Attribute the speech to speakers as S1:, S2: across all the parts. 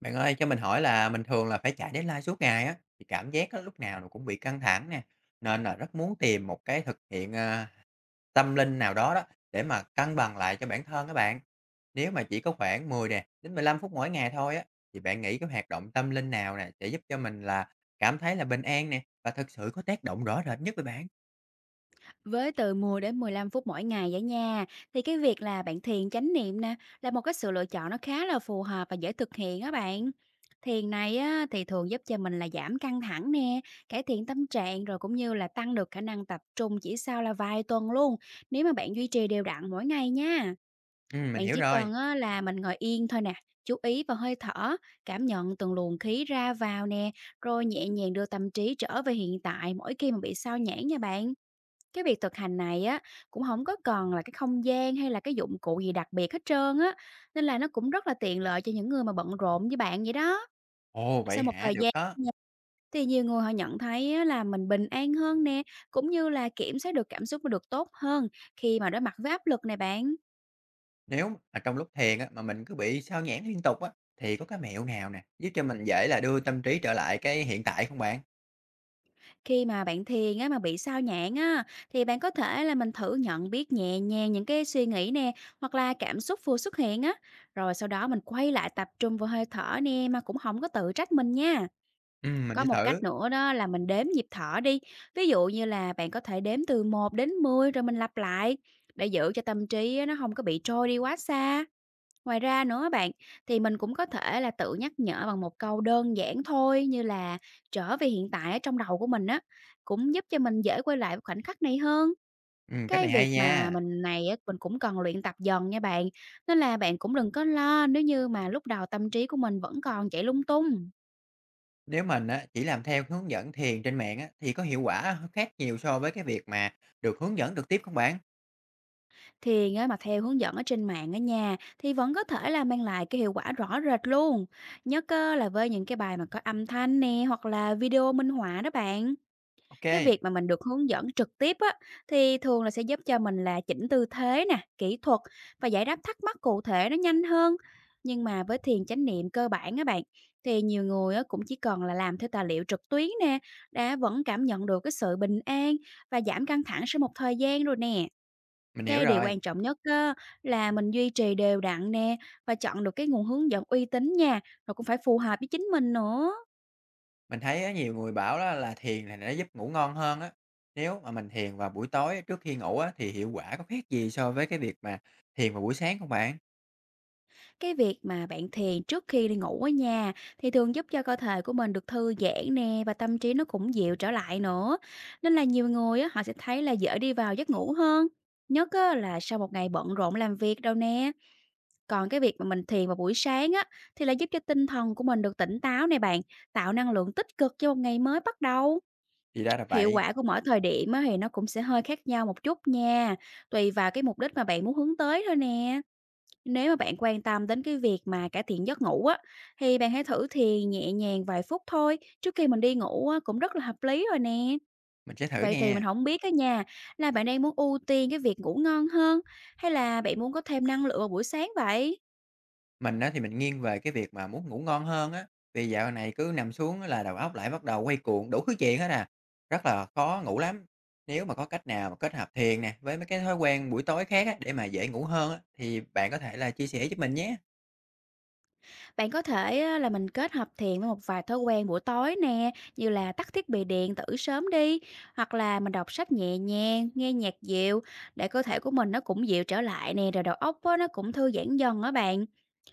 S1: Bạn ơi, cho mình hỏi là mình thường là phải chạy deadline suốt ngày á, thì cảm giác á, lúc nào nó cũng bị căng thẳng nè, nên là rất muốn tìm một cái thực hiện, tâm linh nào đó đó, để mà cân bằng lại cho bản thân các bạn. Nếu mà chỉ có khoảng 10 nè, đến 15 phút mỗi ngày thôi á, thì bạn nghĩ cái hoạt động tâm linh nào nè, sẽ giúp cho mình là cảm thấy là bình an nè, và thực sự có tác động rõ rệt nhất với bạn?
S2: Với từ 10 đến 15 phút mỗi ngày vậy nha, thì cái việc là bạn thiền chánh niệm nè là một cái sự lựa chọn nó khá là phù hợp và dễ thực hiện á bạn. Thiền này á, thì thường giúp cho mình là giảm căng thẳng nè, cải thiện tâm trạng rồi cũng như là tăng được khả năng tập trung chỉ sau là vài tuần luôn nếu mà bạn duy trì đều đặn mỗi ngày nha.
S1: Mình
S2: Bạn
S1: hiểu
S2: chỉ
S1: rồi.
S2: cần á, là mình ngồi yên thôi nè, chú ý vào hơi thở, cảm nhận từng luồng khí ra vào nè, rồi nhẹ nhàng đưa tâm trí trở về hiện tại mỗi khi mà bị sao nhãng nha bạn. Cái việc thực hành này á, cũng không có cần là cái không gian hay là cái dụng cụ gì đặc biệt hết trơn á, nên là nó cũng rất là tiện lợi cho những người mà bận rộn như bạn vậy đó.
S1: Ồ, vậy
S2: Sau một
S1: hả?
S2: thời
S1: Được
S2: gian
S1: đó.
S2: nha, thì nhiều người họ nhận thấy á là mình bình an hơn nè, cũng như là kiểm soát được cảm xúc nó được tốt hơn khi mà đối mặt với áp lực này bạn.
S1: Nếu mà trong lúc thiền á, mà mình cứ bị sao nhãng liên tục á, thì có cái mẹo nào nè, giúp cho mình dễ là đưa tâm trí trở lại cái hiện tại không bạn?
S2: Khi mà bạn thiền á, mà bị sao nhãng á, thì bạn có thể là mình thử nhận biết nhẹ nhàng những cái suy nghĩ nè, hoặc là cảm xúc vừa xuất hiện á. Rồi sau đó mình quay lại tập trung vào hơi thở nè, mà cũng không có tự trách mình nha.
S1: Mình
S2: Có
S1: sẽ
S2: một
S1: thử.
S2: cách nữa đó là mình đếm nhịp thở đi. Ví dụ như là bạn có thể đếm từ một đến 10 rồi mình lặp lại để giữ cho tâm trí á, nó không có bị trôi đi quá xa. Ngoài ra nữa bạn, thì mình cũng có thể là tự nhắc nhở bằng một câu đơn giản thôi như là "trở về hiện tại" ở trong đầu của mình á, cũng giúp cho mình dễ quay lại với khoảnh khắc này hơn.
S1: Cách
S2: Cái
S1: này hay
S2: việc mà
S1: nha.
S2: mình này á, mình cũng cần luyện tập dần nha bạn, nên là bạn cũng đừng có lo nếu như mà lúc đầu tâm trí của mình vẫn còn chạy lung tung.
S1: Nếu mình á, chỉ làm theo hướng dẫn thiền trên mạng á, thì có hiệu quả khác nhiều so với cái việc mà được hướng dẫn trực tiếp không bạn?
S2: Thiền á, mà theo hướng dẫn ở trên mạng ở nhà thì vẫn có thể là mang lại cái hiệu quả rõ rệt luôn, nhớ cơ là với những cái bài mà có âm thanh nè, hoặc là video minh họa đó bạn. Cái
S1: OK,
S2: việc mà mình được hướng dẫn trực tiếp á, thì thường là sẽ giúp cho mình là chỉnh tư thế nè, kỹ thuật và giải đáp thắc mắc cụ thể nó nhanh hơn. Nhưng mà với thiền chánh niệm cơ bản á bạn, thì nhiều người á cũng chỉ cần là làm theo tài liệu trực tuyến nè, đã vẫn cảm nhận được cái sự bình an và giảm căng thẳng sau một thời gian rồi nè.
S1: mình hiểu
S2: Cái điều
S1: rồi.
S2: quan trọng nhất á, là mình duy trì đều đặn nè và chọn được cái nguồn hướng dẫn uy tín nha, rồi cũng phải phù hợp với chính mình nữa.
S1: Mình thấy á, nhiều người bảo á, là thiền là nó giúp ngủ ngon hơn á. Nếu mà mình thiền vào buổi tối trước khi ngủ á, thì hiệu quả có khác gì so với cái việc mà thiền vào buổi sáng không bạn?
S2: Cái việc mà bạn thiền trước khi đi ngủ ở nhà thì thường giúp cho cơ thể của mình được thư giãn nè và tâm trí nó cũng dịu trở lại nữa. Nên là nhiều người á, họ sẽ thấy là dễ đi vào giấc ngủ hơn. Nhất á, là sau một ngày bận rộn làm việc đâu nè. Còn cái việc mà mình thiền vào buổi sáng á, thì là giúp cho tinh thần của mình được tỉnh táo nè bạn, tạo năng lượng tích cực cho một ngày mới bắt đầu.
S1: Thì ra là
S2: Hiệu
S1: vậy,
S2: quả của mỗi thời điểm á, thì nó cũng sẽ hơi khác nhau một chút nha, tùy vào cái mục đích mà bạn muốn hướng tới thôi nè. Nếu mà bạn quan tâm đến cái việc mà cải thiện giấc ngủ á, thì bạn hãy thử thiền nhẹ nhàng vài phút thôi trước khi mình đi ngủ á, cũng rất là hợp lý rồi nè.
S1: mình sẽ thử
S2: Vậy thì mình
S1: nè.
S2: không biết á nha, là bạn đang muốn ưu tiên cái việc ngủ ngon hơn hay là bạn muốn có thêm năng lượng vào buổi sáng vậy?
S1: Mình á thì mình nghiêng về cái việc mà muốn ngủ ngon hơn á, vì dạo này cứ nằm xuống á là đầu óc lại bắt đầu quay cuồng đủ thứ chuyện hết à, rất là khó ngủ lắm. Nếu mà có cách nào mà kết hợp thiền nè, với mấy cái thói quen buổi tối khác á, để mà dễ ngủ hơn á, thì bạn có thể là chia sẻ giúp mình nhé.
S2: Bạn có thể á, là mình kết hợp thiền với một vài thói quen buổi tối nè, như là tắt thiết bị điện tử sớm đi, hoặc là mình đọc sách nhẹ nhàng, nghe nhạc dịu để cơ thể của mình nó cũng dịu trở lại nè, rồi đầu óc á, nó cũng thư giãn dần á bạn.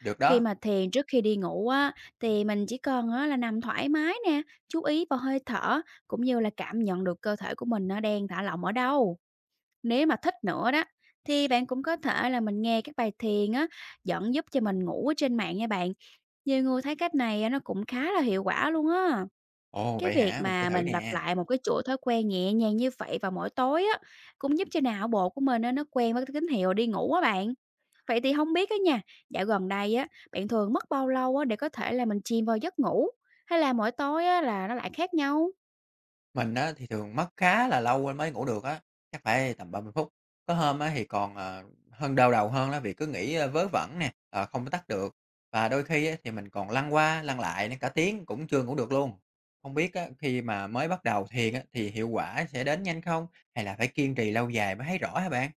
S1: Được
S2: Khi
S1: đó.
S2: mà thiền trước khi đi ngủ á, thì mình chỉ cần á là nằm thoải mái nè, chú ý vào hơi thở cũng như là cảm nhận được cơ thể của mình nó đang thả lỏng ở đâu. Nếu mà thích nữa đó, thì bạn cũng có thể là mình nghe các bài thiền á, dẫn giúp cho mình ngủ ở trên mạng nha bạn. Nhiều người thấy cách này á, nó cũng khá là hiệu quả luôn á.
S1: Ồ,
S2: Cái
S1: vậy
S2: việc
S1: hả? Mình sẽ
S2: mà
S1: thử
S2: mình lặp
S1: nè.
S2: lại một cái chuỗi thói quen nhẹ nhàng như vậy vào mỗi tối á, cũng giúp cho não bộ của mình á, nó quen với cái tín hiệu đi ngủ á bạn. Vậy thì không biết á nha, dạo gần đây á, bạn thường mất bao lâu á để có thể là mình chìm vào giấc ngủ? Hay là mỗi tối á là nó lại khác nhau?
S1: Mình á thì thường mất khá là lâu mới ngủ được á, chắc phải tầm 30 phút. Có hôm á thì còn, hơn đau đầu hơn á vì cứ nghĩ, vớ vẩn nè, không có tắt được. Và đôi khi á thì mình còn lăn qua lăn lại đến cả tiếng cũng chưa ngủ được luôn. Không biết á, khi mà mới bắt đầu thiền á thì hiệu quả sẽ đến nhanh không? Hay là phải kiên trì lâu dài mới thấy rõ hả bạn?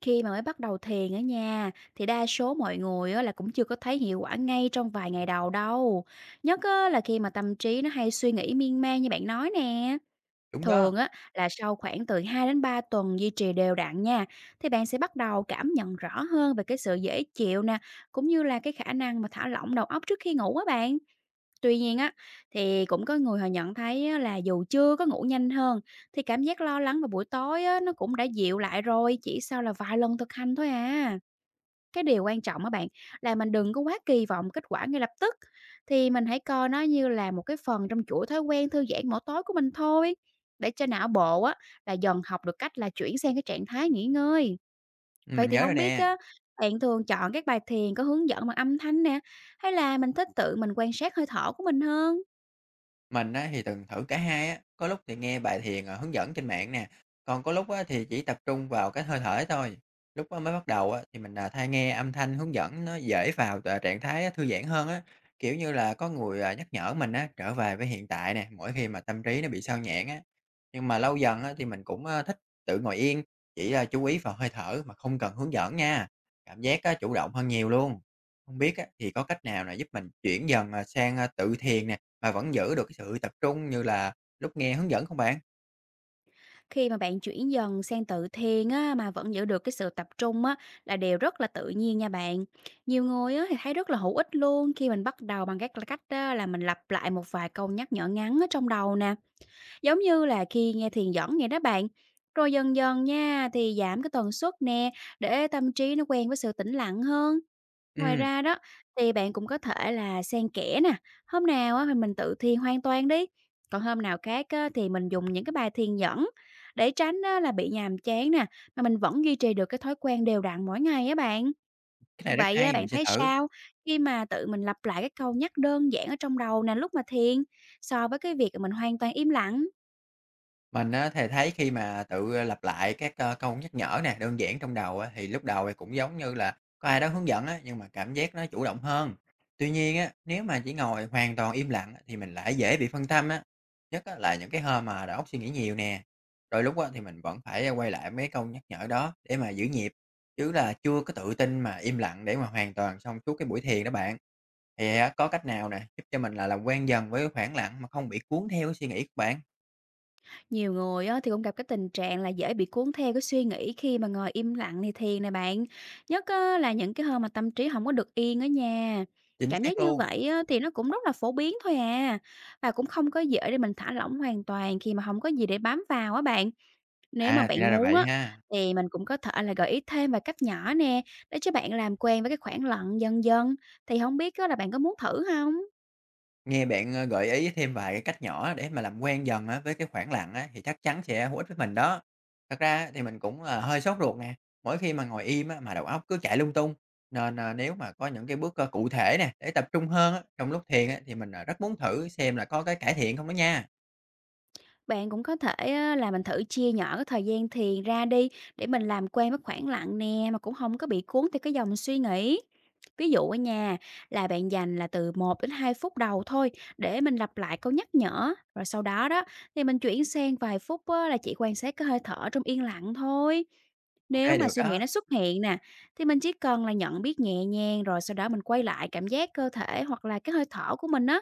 S2: Khi mà mới bắt đầu thiền ở nhà, thì đa số mọi người á là cũng chưa có thấy hiệu quả ngay trong vài ngày đầu đâu. Nhất á là khi mà tâm trí nó hay suy nghĩ miên man như bạn nói nè.
S1: Đúng đó.
S2: Thường á là sau khoảng từ hai đến ba tuần duy trì đều đặn nha, thì bạn sẽ bắt đầu cảm nhận rõ hơn về cái sự dễ chịu nè, cũng như là cái khả năng mà thả lỏng đầu óc trước khi ngủ á bạn. Tuy nhiên á, thì cũng có người họ nhận thấy á là dù chưa có ngủ nhanh hơn, thì cảm giác lo lắng vào buổi tối á, nó cũng đã dịu lại rồi, chỉ sau là vài lần thực hành thôi à. Cái điều quan trọng á bạn là mình đừng có quá kỳ vọng kết quả ngay lập tức, thì mình hãy coi nó như là một cái phần trong chuỗi thói quen thư giãn mỗi tối của mình thôi, để cho não bộ á, là dần học được cách là chuyển sang cái trạng thái nghỉ ngơi.
S1: Ừm,
S2: Vậy
S1: mình
S2: thì
S1: nhớ rồi
S2: không biết
S1: nè.
S2: á, bạn thường chọn các bài thiền có hướng dẫn bằng âm thanh nè, hay là mình thích tự mình quan sát hơi thở của mình hơn?
S1: Mình á thì từng thử cả hai á, có lúc thì nghe bài thiền, hướng dẫn trên mạng nè, còn có lúc á thì chỉ tập trung vào cái hơi thở thôi. Lúc á mới bắt đầu á thì mình, thay nghe âm thanh hướng dẫn nó dễ vào trạng thái á, thư giãn hơn á, kiểu như là, có người, nhắc nhở mình á trở về với hiện tại nè, mỗi khi mà tâm trí nó bị sao nhãng á. Nhưng mà lâu dần á thì mình cũng, thích tự ngồi yên, chỉ là chú ý vào hơi thở mà không cần hướng dẫn nha, cảm giác á chủ động hơn nhiều luôn. Không biết á thì có cách nào là giúp mình chuyển dần, sang, tự thiền nè, mà vẫn giữ được cái sự tập trung như là lúc nghe hướng dẫn không bạn?
S2: Khi mà bạn chuyển dần sang tự thiền á, mà vẫn giữ được cái sự tập trung á, là điều rất là tự nhiên nha bạn. Nhiều người á, thì thấy rất là hữu ích luôn khi mình bắt đầu bằng các cách á, là mình lặp lại một vài câu nhắc nhở ngắn ở trong đầu nè. Giống như là khi nghe thiền dẫn nghe đó bạn. Rồi dần dần nha thì giảm cái tần suất nè để tâm trí nó quen với sự tĩnh lặng hơn. Ngoài
S1: Ừm,
S2: ra đó, thì bạn cũng có thể là xen kẽ nè, hôm nào á thì mình tự thiền hoàn toàn đi, còn hôm nào khác á thì mình dùng những cái bài thiền dẫn để tránh á là bị nhàm chán nè, mà mình vẫn duy trì được cái thói quen đều đặn mỗi ngày á bạn.
S1: cái này rất
S2: Vậy á
S1: hay, mình
S2: bạn
S1: sẽ
S2: thấy
S1: thử.
S2: sao khi mà tự mình lặp lại cái câu nhắc đơn giản ở trong đầu nè lúc mà thiền, so với cái việc mình hoàn toàn im lặng?
S1: Mình á thì thấy khi mà tự lặp lại các, câu nhắc nhở nè, đơn giản trong đầu á, thì lúc đầu thì cũng giống như là có ai đó hướng dẫn á, nhưng mà cảm giác nó chủ động hơn. Tuy nhiên á, nếu mà chỉ ngồi hoàn toàn im lặng á, thì mình lại dễ bị phân tâm á, nhất á là những cái hôm mà đầu óc suy nghĩ nhiều nè. Đôi lúc á thì mình vẫn phải quay lại mấy câu nhắc nhở đó để mà giữ nhịp, chứ là chưa có tự tin mà im lặng để mà hoàn toàn xong suốt cái buổi thiền đó bạn. Thì á, có cách nào nè, giúp cho mình là làm quen dần với cái khoảng lặng mà không bị cuốn theo cái suy nghĩ của bạn?
S2: Nhiều người á, thì cũng gặp cái tình trạng là dễ bị cuốn theo cái suy nghĩ khi mà ngồi im lặng thì thiền nè bạn. Nhất á, là những cái hôm mà tâm trí không có được yên ở nhà.
S1: Chính
S2: Cảm giác
S1: xác
S2: như
S1: luôn.
S2: vậy á, thì nó cũng rất là phổ biến thôi à. Và cũng không có dễ để mình thả lỏng hoàn toàn khi mà không có gì để bám vào á bạn. Nếu mà
S1: À, thì
S2: bạn
S1: ra là
S2: muốn
S1: vậy
S2: á,
S1: ha.
S2: thì mình cũng có thể là gợi ý thêm vài cách nhỏ nè để cho bạn làm quen với cái khoảng lặng dần dần. Thì không biết á, là bạn có muốn thử không?
S1: Nghe bạn, gợi ý thêm vài cái cách nhỏ để mà làm quen dần á với cái khoảng lặng á, thì chắc chắn sẽ hữu ích với mình đó. Thật ra á thì mình cũng, hơi sốt ruột nè, mỗi khi mà ngồi im á, mà đầu óc cứ chạy lung tung, nên, nếu mà có những cái bước, cụ thể nè, để tập trung hơn á, trong lúc thiền á, thì mình, rất muốn thử xem là có cái cải thiện không đó nha.
S2: Bạn cũng có thể á, là mình thử chia nhỏ cái thời gian thiền ra đi để mình làm quen với khoảng lặng nè mà cũng không có bị cuốn theo cái dòng suy nghĩ. Ví dụ ở nhà là bạn dành là từ 1 đến 2 phút đầu thôi để mình lặp lại câu nhắc nhở, rồi sau đó đó thì mình chuyển sang vài phút á, là chỉ quan sát cái hơi thở trong yên lặng thôi.
S1: OK
S2: Nếu mà
S1: được
S2: suy nghĩ
S1: đó.
S2: nó xuất hiện nè thì mình chỉ cần là nhận biết nhẹ nhàng, rồi sau đó mình quay lại cảm giác cơ thể hoặc là cái hơi thở của mình á,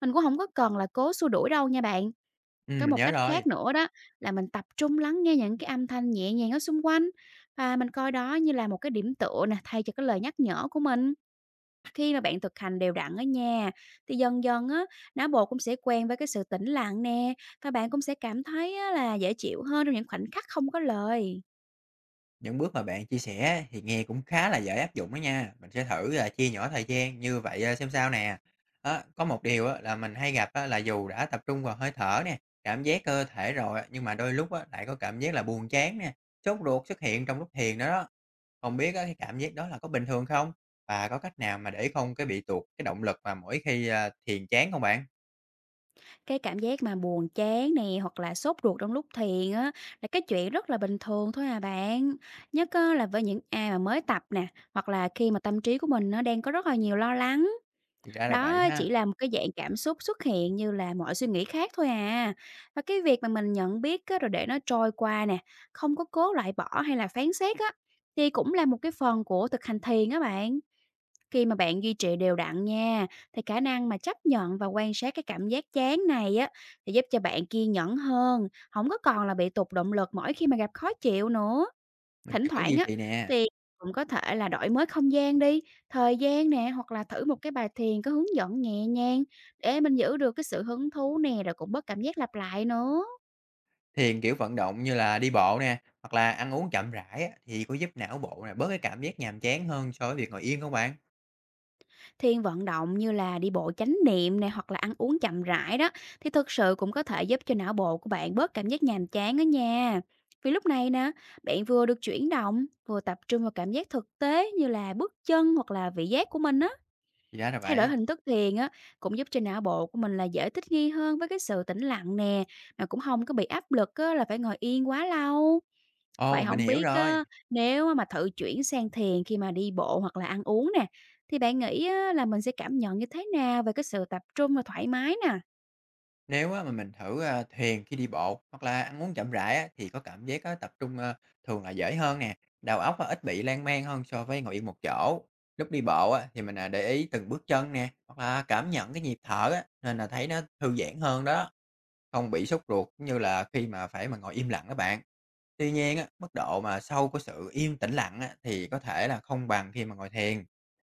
S2: mình cũng không có cần là cố xua đuổi đâu nha bạn. Có
S1: Mình
S2: một
S1: nhớ
S2: cách
S1: rồi.
S2: khác nữa đó là mình tập trung lắng nghe những cái âm thanh nhẹ nhàng ở xung quanh, và mình coi đó như là một cái điểm tựa nè, thay cho cái lời nhắc nhở của mình. Khi mà bạn thực hành đều đặn ở nhà thì dần dần á, não bộ cũng sẽ quen với cái sự tĩnh lặng nè, và bạn cũng sẽ cảm thấy á, là dễ chịu hơn trong những khoảnh khắc không có lời.
S1: Những bước mà bạn chia sẻ thì nghe cũng khá là dễ áp dụng đó nha. Mình sẽ thử là chia nhỏ thời gian như vậy xem sao nè. Á, có một điều á, là mình hay gặp á, là dù đã tập trung vào hơi thở nè, cảm giác cơ thể rồi á, nhưng mà đôi lúc á, lại có cảm giác là buồn chán nè, sốt ruột xuất hiện trong lúc thiền đó đó. Không biết á, cái cảm giác đó là có bình thường không? Và có cách nào mà để không cái bị tuột cái động lực mà mỗi khi thiền chán không bạn?
S2: Cái cảm giác mà buồn chán nè, hoặc là sốt ruột trong lúc thiền á, là cái chuyện rất là bình thường thôi à bạn. Nhất á, là với những ai mà mới tập nè, hoặc là khi mà tâm trí của mình nó đang có rất là nhiều lo lắng.
S1: Thì ra là vậy
S2: Đó
S1: ha.
S2: chỉ là một cái dạng cảm xúc xuất hiện như là mọi suy nghĩ khác thôi à. Và cái việc mà mình nhận biết á, rồi để nó trôi qua nè, không có cố loại bỏ hay là phán xét á, thì cũng là một cái phần của thực hành thiền á bạn. Khi mà bạn duy trì đều đặn nha, thì khả năng mà chấp nhận và quan sát cái cảm giác chán này á, thì giúp cho bạn kiên nhẫn hơn, không có còn là bị tụt động lực mỗi khi mà gặp khó chịu nữa.
S1: Mình
S2: Thỉnh
S1: sẽ cố
S2: thoảng
S1: duy
S2: á,
S1: trì nè.
S2: thì cũng có thể là đổi mới không gian đi, thời gian nè, hoặc là thử một cái bài thiền có hướng dẫn nhẹ nhàng để mình giữ được cái sự hứng thú nè, rồi cũng bớt cảm giác lặp lại nữa.
S1: Thiền, kiểu, vận động như là đi bộ nè, hoặc là ăn uống chậm rãi á, thì có giúp não bộ là bớt cái cảm giác nhàm chán hơn so với việc ngồi yên hông bạn?
S2: Thiền vận động như là đi bộ chánh niệm nè, hoặc là ăn uống chậm rãi đó, thì thực sự cũng có thể giúp cho não bộ của bạn bớt cảm giác nhàm chán ở nhà. Vì lúc này nè, bạn vừa được chuyển động, vừa tập trung vào cảm giác thực tế như là bước chân hoặc là vị giác của mình á.
S1: Thì ra là
S2: Thay đổi
S1: vậy.
S2: hình thức thiền á, cũng giúp cho não bộ của mình là dễ thích nghi hơn với cái sự tĩnh lặng nè, mà cũng không có bị áp lực á là phải ngồi yên quá lâu. Vậy
S1: Ồ, mình
S2: không
S1: hiểu
S2: biết
S1: rồi.
S2: á, nếu mà thử chuyển sang thiền khi mà đi bộ hoặc là ăn uống nè, thì bạn nghĩ á là mình sẽ cảm nhận như thế nào về cái sự tập trung và thoải mái nè?
S1: Nếu á mà mình thử, thiền khi đi bộ hoặc là ăn uống chậm rãi á, thì có cảm giác á tập trung, thường là dễ hơn nè, đầu óc á ít bị lan man hơn so với ngồi yên một chỗ. Lúc đi bộ á, thì mình, để ý từng bước chân nè, hoặc là cảm nhận cái nhịp thở á, nên là thấy nó thư giãn hơn đó, không bị sốt ruột như là khi mà phải mà ngồi im lặng các bạn. Tuy nhiên á, mức độ mà sâu của sự yên tĩnh lặng á, thì có thể là không bằng khi mà ngồi thiền.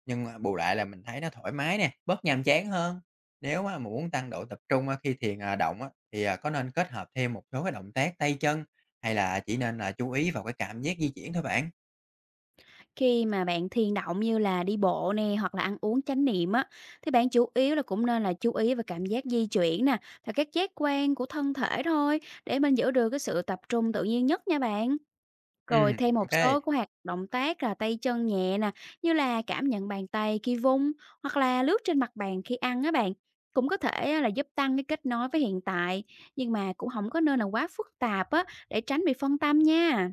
S1: Nhưng mà bù lại là mình thấy nó thoải mái nè, bớt nhàm chán hơn. Nếu mà muốn tăng độ tập trung á, khi thiền động á, thì có nên kết hợp thêm một số cái động tác tay chân hay là chỉ nên là chú ý vào cái cảm giác di chuyển thôi bạn?
S2: Khi mà bạn thiền động như là đi bộ nè, hoặc là ăn uống chánh niệm á, thì bạn chủ yếu là cũng nên là chú ý về cảm giác di chuyển nè, và các giác quan của thân thể thôi, để mình giữ được cái sự tập trung tự nhiên nhất nha bạn.
S1: Ừ,
S2: Rồi thêm một
S1: OK.
S2: số của hoạt động tác là tay chân nhẹ nè, như là cảm nhận bàn tay khi vung hoặc là lướt trên mặt bàn khi ăn á bạn. Cũng có thể á, là giúp tăng cái kết nối với hiện tại, nhưng mà cũng không có nên là quá phức tạp á để tránh bị phân tâm nha.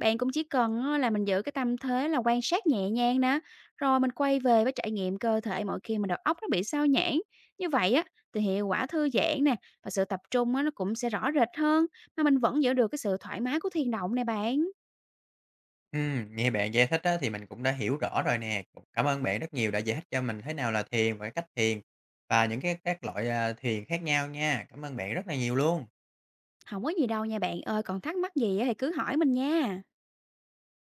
S2: Bạn cũng chỉ cần á, là mình giữ cái tâm thế là quan sát nhẹ nhàng nè, rồi mình quay về với trải nghiệm cơ thể mỗi khi mà đầu óc nó bị sao nhãng. Như vậy á thì hiệu quả thư giãn nè, và sự tập trung á nó cũng sẽ rõ rệt hơn, mà mình vẫn giữ được cái sự thoải mái của thiền động này bạn.
S1: Ừ, nghe bạn giải thích á, thì mình cũng đã hiểu rõ rồi nè. Cảm ơn bạn rất nhiều đã giải thích cho mình thế nào là thiền và cái cách thiền và những cái các loại thiền khác nhau nha. Cảm ơn bạn rất là nhiều luôn.
S2: Không có gì đâu nha bạn ơi, còn thắc mắc gì á thì cứ hỏi mình nha.